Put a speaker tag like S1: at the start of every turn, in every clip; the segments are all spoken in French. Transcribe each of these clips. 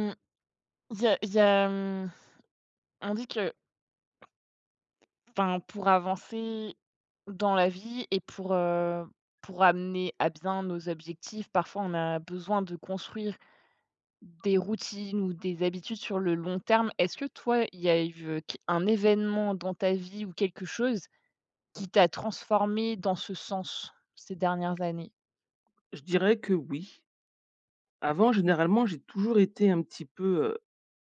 S1: Mmh, il y a on dit que, enfin, pour avancer dans la vie et pour pour amener à bien nos objectifs, parfois on a besoin de construire des routines ou des habitudes sur le long terme. Est-ce que toi, il y a eu, qu un événement dans ta vie ou quelque chose qui t'a transformé dans ce sens ces dernières années?
S2: Je dirais que oui. Avant, généralement, j'ai toujours été un petit peu,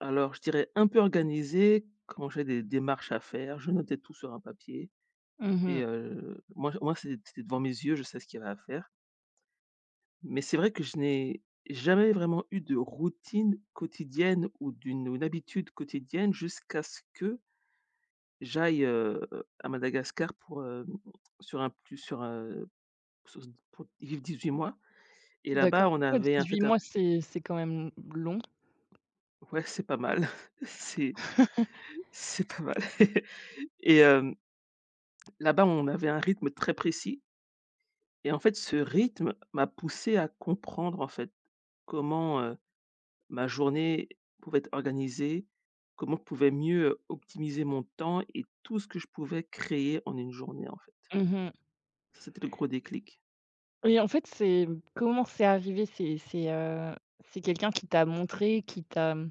S2: alors je dirais un peu organisé. Quand j'ai des démarches à faire, je notais tout sur un papier et
S1: Mmh.
S2: heu, moi, c'était devant mes yeux, je sais ce qu'il y avait à faire. Mais c'est vrai que je n'ai jamais vraiment eu de routine quotidienne ou d'une ou une habitude quotidienne jusqu'à ce que j'aille à Madagascar pour, hem, sur un plus sur, sur pour y vivre 18 mois, et là-bas,
S1: D'accord.
S2: on
S1: Ouais,
S2: avait en
S1: 18
S2: fait un.
S1: mois, c'est quand même long.
S2: Ouais, c'est pas mal. C'est c'est pas mal. et hem, Là-bas, on avait un rythme très précis et en fait, ce rythme m'a poussé à comprendre, en fait, comment ma journée pouvait être organisée, comment je pouvais mieux optimiser mon temps et tout ce que je pouvais créer en une journée, en fait. Ça, c'était le gros déclic.
S1: Oui, en fait, c'est comment c'est arrivé? C'est quelqu'un qui t'a montré,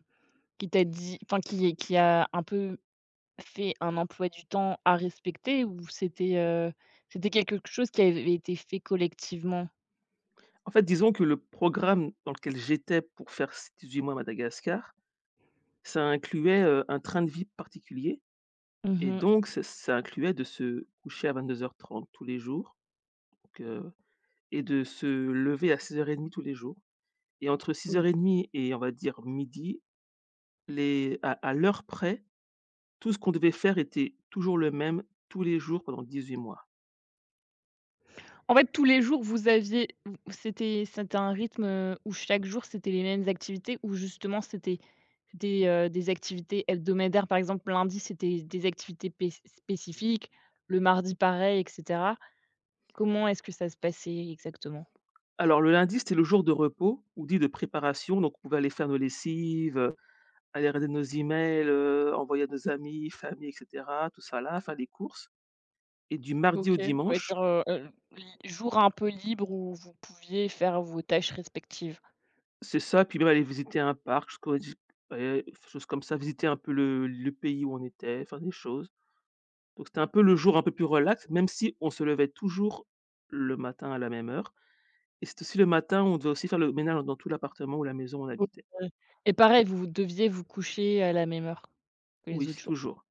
S1: qui t'a dit enfin qui a un peu fait un emploi du temps à respecter ou c'était quelque chose qui avait été fait collectivement?
S2: En fait, disons que le programme dans lequel j'étais pour faire ces 18 mois à Madagascar, ça incluait un train de vie particulier.
S1: Mmh
S2: Et
S1: mh.
S2: donc ç ça incluait de se coucher à 22h30 tous les jours, donc heu et de se lever à 6:30 tous les jours, et entre
S1: Mmh.
S2: 6:30 et on va dire midi, les à l'heure près, tout ce qu'on devait faire était toujours le même, tous les jours pendant 18 mois.
S1: En fait, tous les jours, vous c'était un rythme où chaque jour, c'était les mêmes activités ou justement c'était des activités hebdomadaires? Par exemple, lundi, c'était des activités pé spécifiques, le mardi, pareil, et cetera? Comment est-ce que ça se passait exactement?
S2: Alors le lundi, c'était le jour de repos ou dit de préparation, donc on pouvait aller faire nos lessives, aller regarder nos emails, envoyer à nos amis, famille et cetera, tout ça là, faire des courses, et du mardi
S1: OK,
S2: au
S1: on va
S2: dimanche,
S1: dire, li jour un peu libre où vous pouviez faire vos tâches respectives.
S2: c'est ça, puis même aller visiter un parc, ce qu'on dit, et choses comme ça, visiter un peu le pays où on était, faire des choses. Donc c'était un peu le jour un peu plus relax, même si on se levait toujours le matin à la même heure, et c'est aussi le matin où on devait aussi faire le ménage dans tout l'appartement ou la maison où on
S1: OK,
S2: habitait.
S1: et pareil, vous deviez vous coucher à la même heure que les
S2: Oui, c'est
S1: autres jours?
S2: toujours.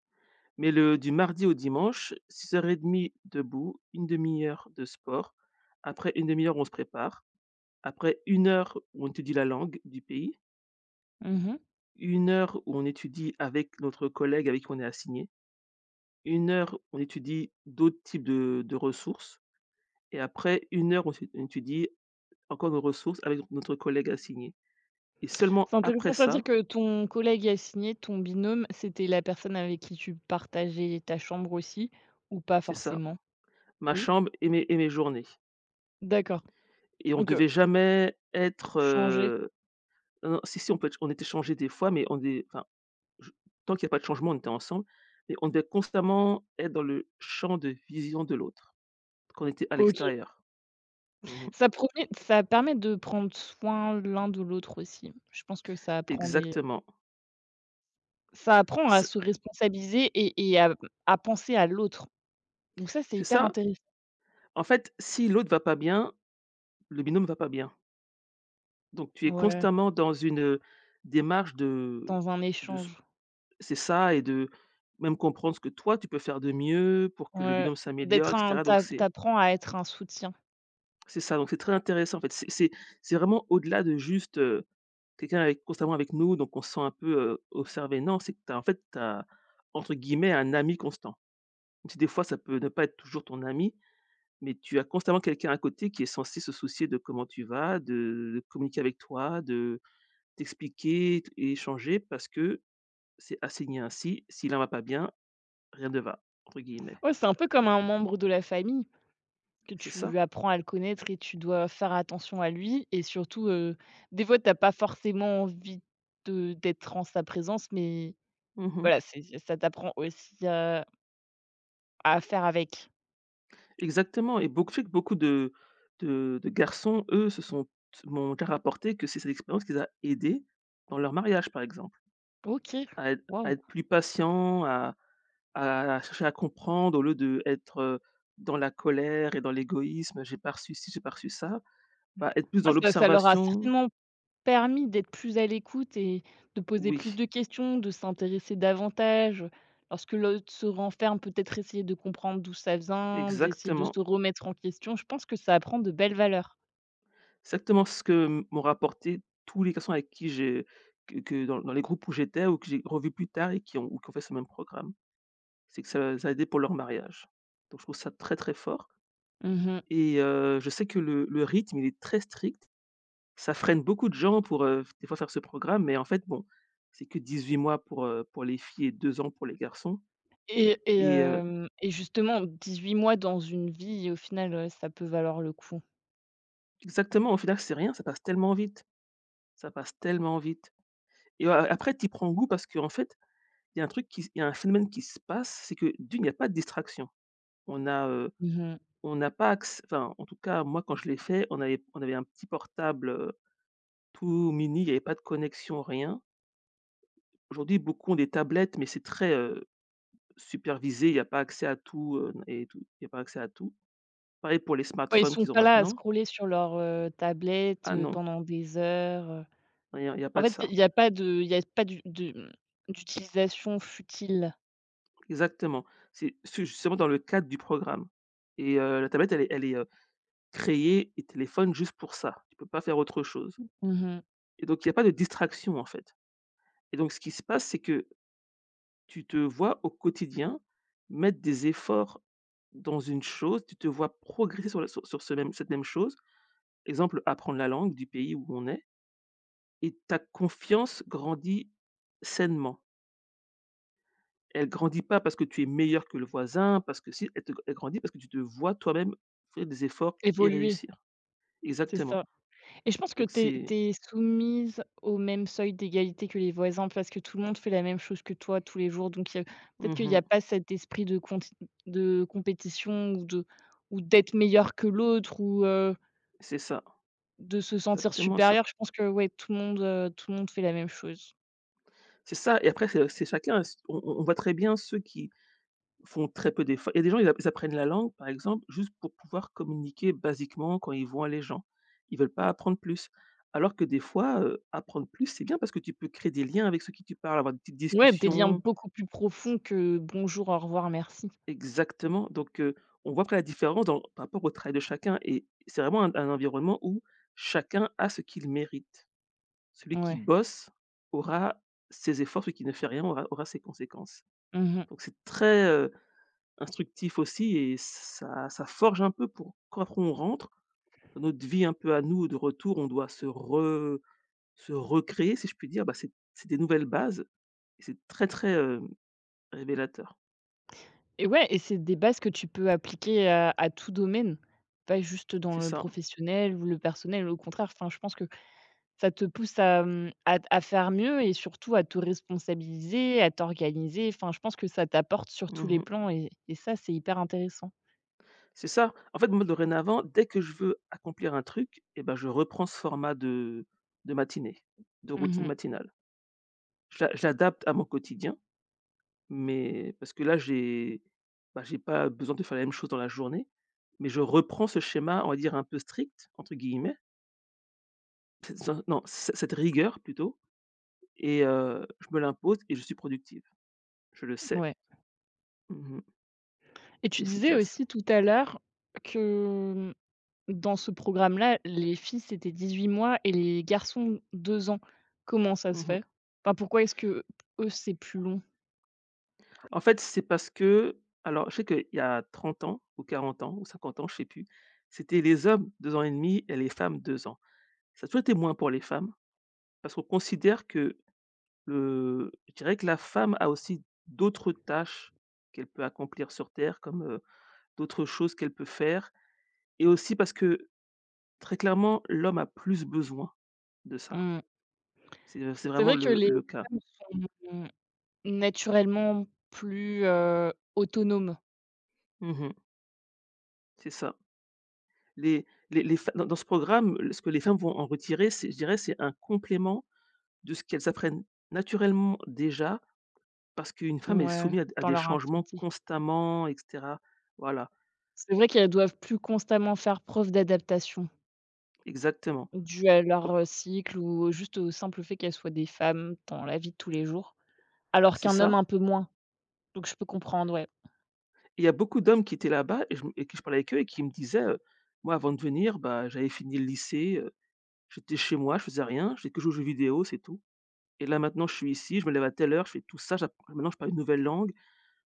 S2: Mais le du mardi au dimanche, 6:30 debout, une demi heure de sport. Après une demi heure, on se prépare. Après une heure où on étudie la langue du pays,
S1: Mmh.
S2: une heure où on étudie avec notre collègue avec qui on est assigné, une heure on étudie d'autres types de ressources, et après une heure on étudie encore nos ressources avec notre collègue assigné, et seulement
S1: C'est intéressant,
S2: après
S1: ça veut dire
S2: ça,
S1: que ton collègue assigné, ton binôme, c'était la personne avec qui tu partageais ta chambre aussi ou pas
S2: c'est ça,
S1: forcément?
S2: ma
S1: Oui?
S2: chambre et mes journées,
S1: D'accord,
S2: et on ne
S1: donc heu,
S2: devait jamais être,
S1: changer.
S2: non, non, si, si, on peut être on était changé des fois, mais on est enfin, je tant qu'il n'y a pas de changement, on était ensemble, mais on devait constamment être dans le champ de vision de l'autre. Qu'on était à
S1: OK.
S2: l'extérieur. Mmh.
S1: Ça permet de prendre soin l'un de l'autre aussi. Je pense que ça apprend des.
S2: Exactement.
S1: Ça apprend à
S2: C'est
S1: se responsabiliser et à à penser à l'autre. Donc ça, c'est
S2: c'est
S1: hyper
S2: ça.
S1: intéressant.
S2: En fait, si l'autre va pas bien, le binôme va pas bien. Donc tu es
S1: Ouais,
S2: constamment dans une démarche
S1: dans un
S2: de s
S1: échange.
S2: c'est ça, et de même comprendre ce que toi tu peux faire de mieux pour que le
S1: Ouais,
S2: binôme s'améliore
S1: d'être
S2: et
S1: un
S2: cetera.
S1: tu
S2: Donc
S1: a
S2: c'est
S1: à être un soutien.
S2: c'est ça, donc c'est très intéressant en fait. C'est vraiment au-delà de juste quelqu'un est constamment avec nous, donc on se sent un peu, observé. Non, c'est que tu as en fait, t'as entre guillemets «un ami constant». Même si des fois ça peut ne pas être toujours ton ami, mais tu as constamment quelqu'un à côté qui est censé se soucier de comment tu vas, de communiquer avec toi, de t'expliquer t et échanger parce que c'est assigné ainsi, si l'un va pas bien, rien ne va, entre guillemets.
S1: Ouais, c'est un peu comme un membre de la famille que
S2: C'est
S1: tu
S2: ça?
S1: apprends à le connaître et tu dois faire attention à lui et surtout, des fois, tu as pas forcément envie de d'être en sa présence, mais
S2: Mmh.
S1: voilà, c'est ça t'apprend aussi à faire avec.
S2: Exactement. Et beaucoup, tu sais que beaucoup de garçons, eux, se sont t m'ont déjà rapporté que c'est cette expérience qui les a aidés dans leur mariage, par exemple.
S1: OK,
S2: À être,
S1: waouh.
S2: plus patient, à chercher à comprendre au lieu d'être dans la colère et dans l'égoïsme, j'ai pas reçu ci, j'ai pas reçu ça. Bah, être plus
S1: Ah
S2: dans
S1: ça ça leur a
S2: l'observation,
S1: certainement permis d'être plus à l'écoute et de poser
S2: oui,
S1: plus de questions, de s'intéresser davantage, lorsque l'autre se renferme, peut-être essayer de comprendre d'où ça vient, d'essayer de
S2: exactement.
S1: se remettre en question. Je pense que ça apprend de belles valeurs.
S2: Exactement ce que m'ont rapporté tous les garçons avec qui j'ai que dans dans les groupes où j'étais ou que j'ai revus plus tard, et qui ont fait ce même programme. C'est que ça a aidé pour leur mariage. Donc je trouve ça très, très fort,
S1: Mmh.
S2: et je sais que le rythme, il est très strict. Ça freine beaucoup de gens pour, f des fois faire ce programme, mais en fait, bon, c'est que 18 mois pour les filles et 2 ans pour les garçons,
S1: et et
S2: et
S1: hem et justement 18 mois dans une vie, au final, ça peut valoir le coup.
S2: exactement, au final, c'est rien, ça passe tellement vite, ça passe tellement vite, et a après tu y prends goût parce qu'en fait, il y a un phénomène qui se passe, c'est que d'une, il y a pas de distraction. On a,
S1: Mmh.
S2: on n'a pas acc Enfin, en tout cas, moi, quand je l'ai fait, on avait un petit portable, tout mini, il y avait pas de connexion, rien. Aujourd'hui, beaucoup ont des tablettes, mais c'est très, supervisé, il y a pas accès à tout, et tout, il y a pas accès à tout. Pareil pour les
S1: Ouais, ils
S2: smartphones
S1: sont
S2: qu'ils ont
S1: pas là à
S2: maintenant.
S1: scroller sur leur, heu, tablette,
S2: Ah
S1: heu,
S2: non,
S1: pendant des heures.
S2: il y a
S1: En
S2: pas de
S1: fait,
S2: ça.
S1: il y a pas de il y a pas du de, mmh, d'utilisation futile.
S2: Exactement. C'est justement dans le cadre du programme, et la tablette elle est, créée et téléphone juste pour ça. Tu peux pas faire autre chose,
S1: Mmh mh.
S2: et donc il y a pas de distraction, en fait, et donc ce qui se passe, c'est que tu te vois au quotidien mettre des efforts dans une chose, tu te vois progresser sur la sur sur ce même cette même chose. Exemple, apprendre la langue du pays où on est. Et ta confiance grandit sainement. Elle grandit pas parce que tu es meilleur que le voisin, parce que si, elle grandit parce que tu te vois toi-même faire des efforts et réussir.
S1: C'est
S2: Exactement.
S1: ça et je pense que
S2: Donc
S1: tu es soumise au même seuil d'égalité que les voisins parce que tout le monde fait la même chose que toi tous les jours donc il y a peut-être qu'il n'y
S2: mmh
S1: a pas cet esprit de conti de compétition ou d'être meilleur que l'autre ou
S2: c'est ça,
S1: de se sentir
S2: exactement ça.
S1: supérieur. Je pense que ouais, tout le monde fait la même chose.
S2: C'est ça, et après c'est chacun, c on voit très bien ceux qui font très peu d'efforts. Il y a des gens, ils apprennent la langue, par exemple, juste pour pouvoir communiquer basiquement quand ils voient les gens. Ils veulent pas apprendre plus. Alors que des fois, apprendre plus, c'est bien parce que tu peux créer des liens avec ceux qui tu parles, avoir des petites
S1: Ouais, des liens
S2: discussions.
S1: beaucoup plus profonds que «bonjour, au revoir, merci».
S2: Exactement, donc on voit après la différence, dans par rapport au travail de chacun, et c'est vraiment un environnement où chacun a ce qu'il mérite. Celui qui
S1: Ouais.
S2: bosse aura ses efforts, celui qui ne fait rien aura ses conséquences.
S1: Mmh.
S2: Donc c'est très, instructif aussi, et ça forge un peu pour quand après on rentre dans notre vie un peu à nous de retour, on doit se recréer, si je puis dire, bah, c'est des nouvelles bases, et c'est très, très, révélateur.
S1: Et ouais et c'est des bases que tu peux appliquer à tout domaine, pas juste dans
S2: C'est
S1: le
S2: ça.
S1: professionnel ou le personnel, au contraire, enfin, je pense que ça te pousse à faire mieux et surtout à te responsabiliser, à t'organiser, enfin, je pense que ça t'apporte sur tous les
S2: Mmh.
S1: plans et ça, c'est hyper intéressant.
S2: C'est ça. En fait, moi, dorénavant, dès que je veux accomplir un truc et ben, je reprends ce format de matinée, de routine
S1: Mmh.
S2: matinale. Je l'adapte à mon quotidien, mais parce que là, j'ai bah, j'ai pas besoin de faire la même chose dans la journée, mais je reprends ce schéma, on va dire «un peu strict» entre guillemets. Cette ce non, ce cette rigueur plutôt, et je me l'impose et je suis productive. Je le sais.
S1: Ouais
S2: Mmh.
S1: et tu
S2: C'est
S1: disais
S2: efficace.
S1: aussi tout à l'heure que, dans ce programme-là, les filles, c'était 18 mois et les garçons 2 ans. Comment ça se
S2: Mmh.
S1: fait? Enfin, pourquoi est-ce que eux c'est plus long?
S2: En fait, c'est parce que, alors je sais qu'il y a 30 ans ou 40 ans ou 50 ans, je sais plus, c'était les hommes 2 ans et demi et les femmes 2 ans. Ça a toujours été moins pour les femmes parce qu'on considère que le je dirais que la femme a aussi d'autres tâches qu'elle peut accomplir sur terre, comme, d'autres choses qu'elle peut faire, et aussi parce que très clairement l'homme a plus besoin de ça.
S1: Mmh.
S2: C'est
S1: C'est
S2: vraiment
S1: vrai que
S2: le
S1: les
S2: le cas.
S1: femmes sont naturellement plus autonomes,
S2: Mmh. C'est ça. Les fe dans dans ce programme, ce que les femmes vont en retirer, c'est je dirais, c'est un complément de ce qu'elles apprennent naturellement déjà, parce qu'une femme est
S1: ouais,
S2: soumise à
S1: dans
S2: des
S1: leur
S2: changements
S1: intimité.
S2: constamment et cetera. Voilà,
S1: C'est vrai qu'elles doivent plus constamment faire preuve d'adaptation,
S2: exactement.
S1: due à leur,
S2: Donc
S1: heu, cycle ou juste au simple fait qu'elles soient des femmes dans la vie de tous les jours, alors
S2: c'est
S1: qu'un homme un
S2: ça.
S1: peu moins. Donc je peux comprendre, ouais.
S2: Il y a beaucoup d'hommes qui étaient là-bas, et que je parlais avec eux et qui me disaient: «Moi, avant de venir, bah, j'avais fini le lycée, j'étais chez moi, je faisais rien, j'ai que joué aux jeux vidéo, c'est tout. Et là, maintenant, je suis ici, je me lève à telle heure, je fais tout ça, j'apprends, maintenant je parle une nouvelle langue.»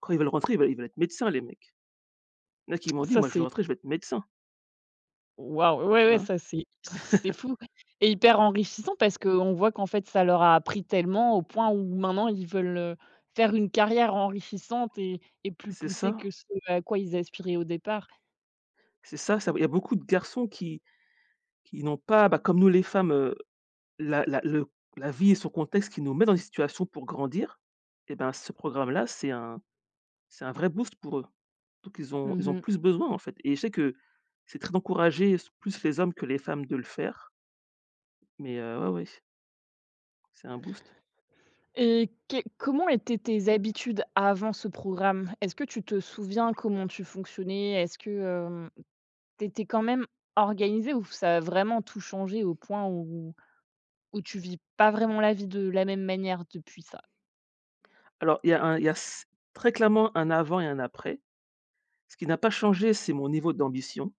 S2: Quand ils veulent rentrer, ils veulent être médecins, les mecs. Il y en a qui m'ont dit:
S1: Ça
S2: «Moi, je veux
S1: c'est
S2: rentrer, je vais être médecin»,
S1: Waouh! Ouais,
S2: tu
S1: ouais,
S2: vois?
S1: ça c'est c'est fou et hyper enrichissant parce qu'on voit qu'en fait, ça leur a appris tellement au point où maintenant ils veulent, faire une carrière enrichissante et plus
S2: C'est
S1: poussée
S2: ça,
S1: que ce à quoi ils aspiraient au départ.
S2: c'est ça, il y a beaucoup de garçons qui n'ont pas, bah, comme nous les femmes, la la le la vie et son contexte qui nous met dans des situations pour grandir, et ben, ce programme-là, c'est un, vrai boost pour eux. Donc ils ont
S1: Mmh.
S2: plus besoin, en fait, et je sais que c'est très encouragé, s plus les hommes que les femmes de le faire, mais ouais, ouais, c'est un boost.
S1: Et qué comment étaient tes habitudes avant ce programme? Est-ce que tu te souviens comment tu fonctionnais? Est-ce que tu étais quand même organisé ou ça a vraiment tout changé au point où où tu vis pas vraiment la vie de la même manière depuis ça?
S2: Alors il y a un il y a s très clairement un avant et un après. Ce qui n'a pas changé, c'est mon niveau d'ambition.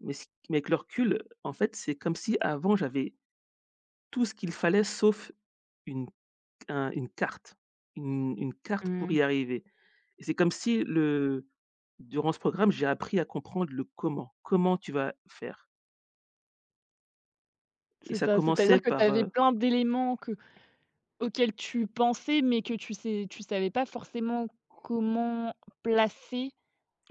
S2: Mais avec le recul, en fait, c'est comme si avant j'avais tout ce qu'il fallait sauf une un une carte, une carte pour y arriver, et c'est comme si le durant ce programme, j'ai appris à comprendre le comment. Comment tu vas faire. et
S1: C'est
S2: ça
S1: ça, c'est-à-dire
S2: commençait
S1: que tu
S2: par,
S1: avais
S2: heu
S1: plein d'éléments que auxquels tu pensais, mais que tu savais pas forcément comment placer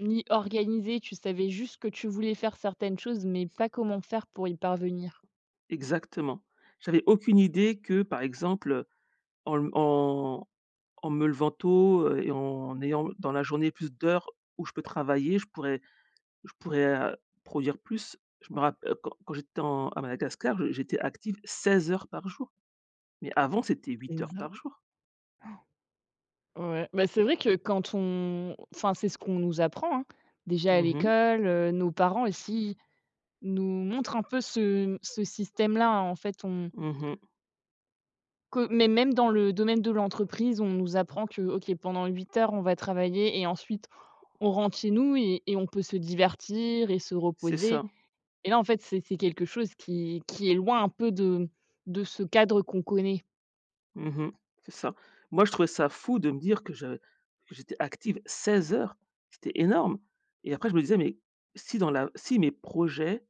S1: ni organiser. Tu savais juste que tu voulais faire certaines choses, mais pas comment faire pour y parvenir.
S2: exactement. J'avais aucune idée que, par exemple, en m en en me levant tôt, et en ayant dans la journée plus d'heures où je peux travailler, je pourrais. Je pourrais, heu, produire plus. Je me rappelle quand j'étais en à Madagascar, je j'étais active 16 heures par jour, mais avant c'était huit
S1: C'est
S2: heures
S1: ça,
S2: par jour.
S1: ouais. Bah, c'est vrai. Mmh. Que quand on enfin, c'est ce qu'on nous apprend, hein. Déjà à
S2: Mmh mh.
S1: l'école, nos parents aussi nous montrent un peu ce ce système-là, hein. En fait, on
S2: Mmh.
S1: que mais même dans le domaine de l'entreprise, on nous apprend que, OK, pendant 8 heures, on va travailler et ensuite on rentre chez nous et on peut se divertir et se
S2: C'est
S1: reposer
S2: ça.
S1: et là, en fait, c'est quelque chose qui est loin un peu de ce cadre qu'on connaît.
S2: Mmh. C'est ça. Moi, je trouvais ça fou de me dire que je que j'étais active 16 heures, c'était énorme, et après je me disais: «Mais si dans la si mes projets,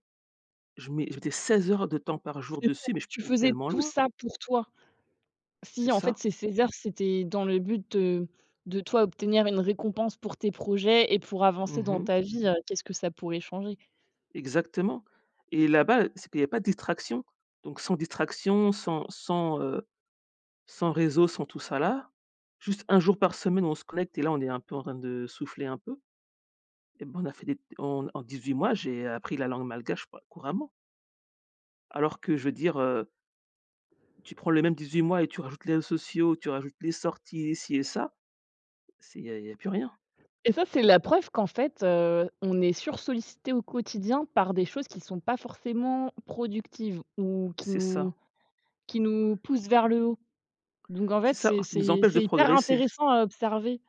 S2: je mettais 16 heures de temps par jour
S1: C'est ça,
S2: dessus, mais je peux
S1: tu
S2: aller
S1: faisais
S2: tellement
S1: tout
S2: loin.»
S1: ça pour toi.
S2: C'est
S1: Si, en fait,
S2: ça.
S1: c'est ces heures, c'était dans le but de toi obtenir une récompense pour tes projets et pour avancer dans
S2: Mmh.
S1: ta vie, qu'est-ce que ça pourrait changer?
S2: Exactement, et là-bas, c'est qu'il y a pas de distraction. Donc sans distraction, sans sans réseau, sans tout ça là, juste un jour par semaine, on se connecte, et là, on est un peu en train de souffler un peu, et ben, on a fait des en en 18 mois, j'ai appris la langue malgache pa couramment. Alors que je veux dire, tu prends les mêmes 18 mois et tu rajoutes les réseaux sociaux, tu rajoutes les sorties, ci et ça, il n'y a plus rien.
S1: Et ça, c'est la preuve qu'en fait, on est sursollicité au quotidien par des choses qui sont pas forcément productives ou qui
S2: C'est
S1: nous
S2: ça.
S1: qui nous poussent vers le haut. Donc en
S2: C'est
S1: fait,
S2: ça
S1: c'est
S2: qui nous
S1: c'est
S2: empêche de
S1: c'est hyper
S2: progresser.
S1: intéressant à observer.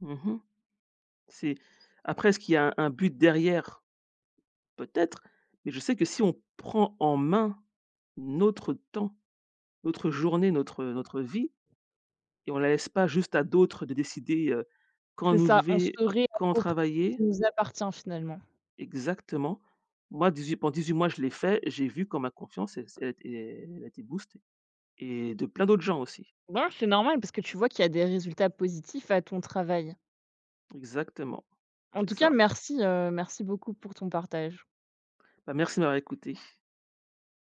S2: Mmh. C'est, après est-ce qu'il y a un but derrière? Peut-être, mais je sais que si on prend en main notre temps, notre journée, notre vie, et on la laisse pas juste à d'autres de décider, quand
S1: C'est
S2: nous
S1: ça, on se
S2: lever, quand
S1: réapproprie ce qui
S2: travailler,
S1: nous appartient finalement.
S2: exactement. Moi 18 pendant 18 mois, je l'ai fait, j'ai vu quand ma confiance elle a été boostée, et de plein d'autres gens aussi.
S1: Ben, c'est normal parce que tu vois qu'il y a des résultats positifs à ton travail.
S2: Exactement,
S1: En
S2: c'est
S1: tout cas,
S2: ça.
S1: merci beaucoup pour ton partage.
S2: Bah, merci de m'avoir écouté.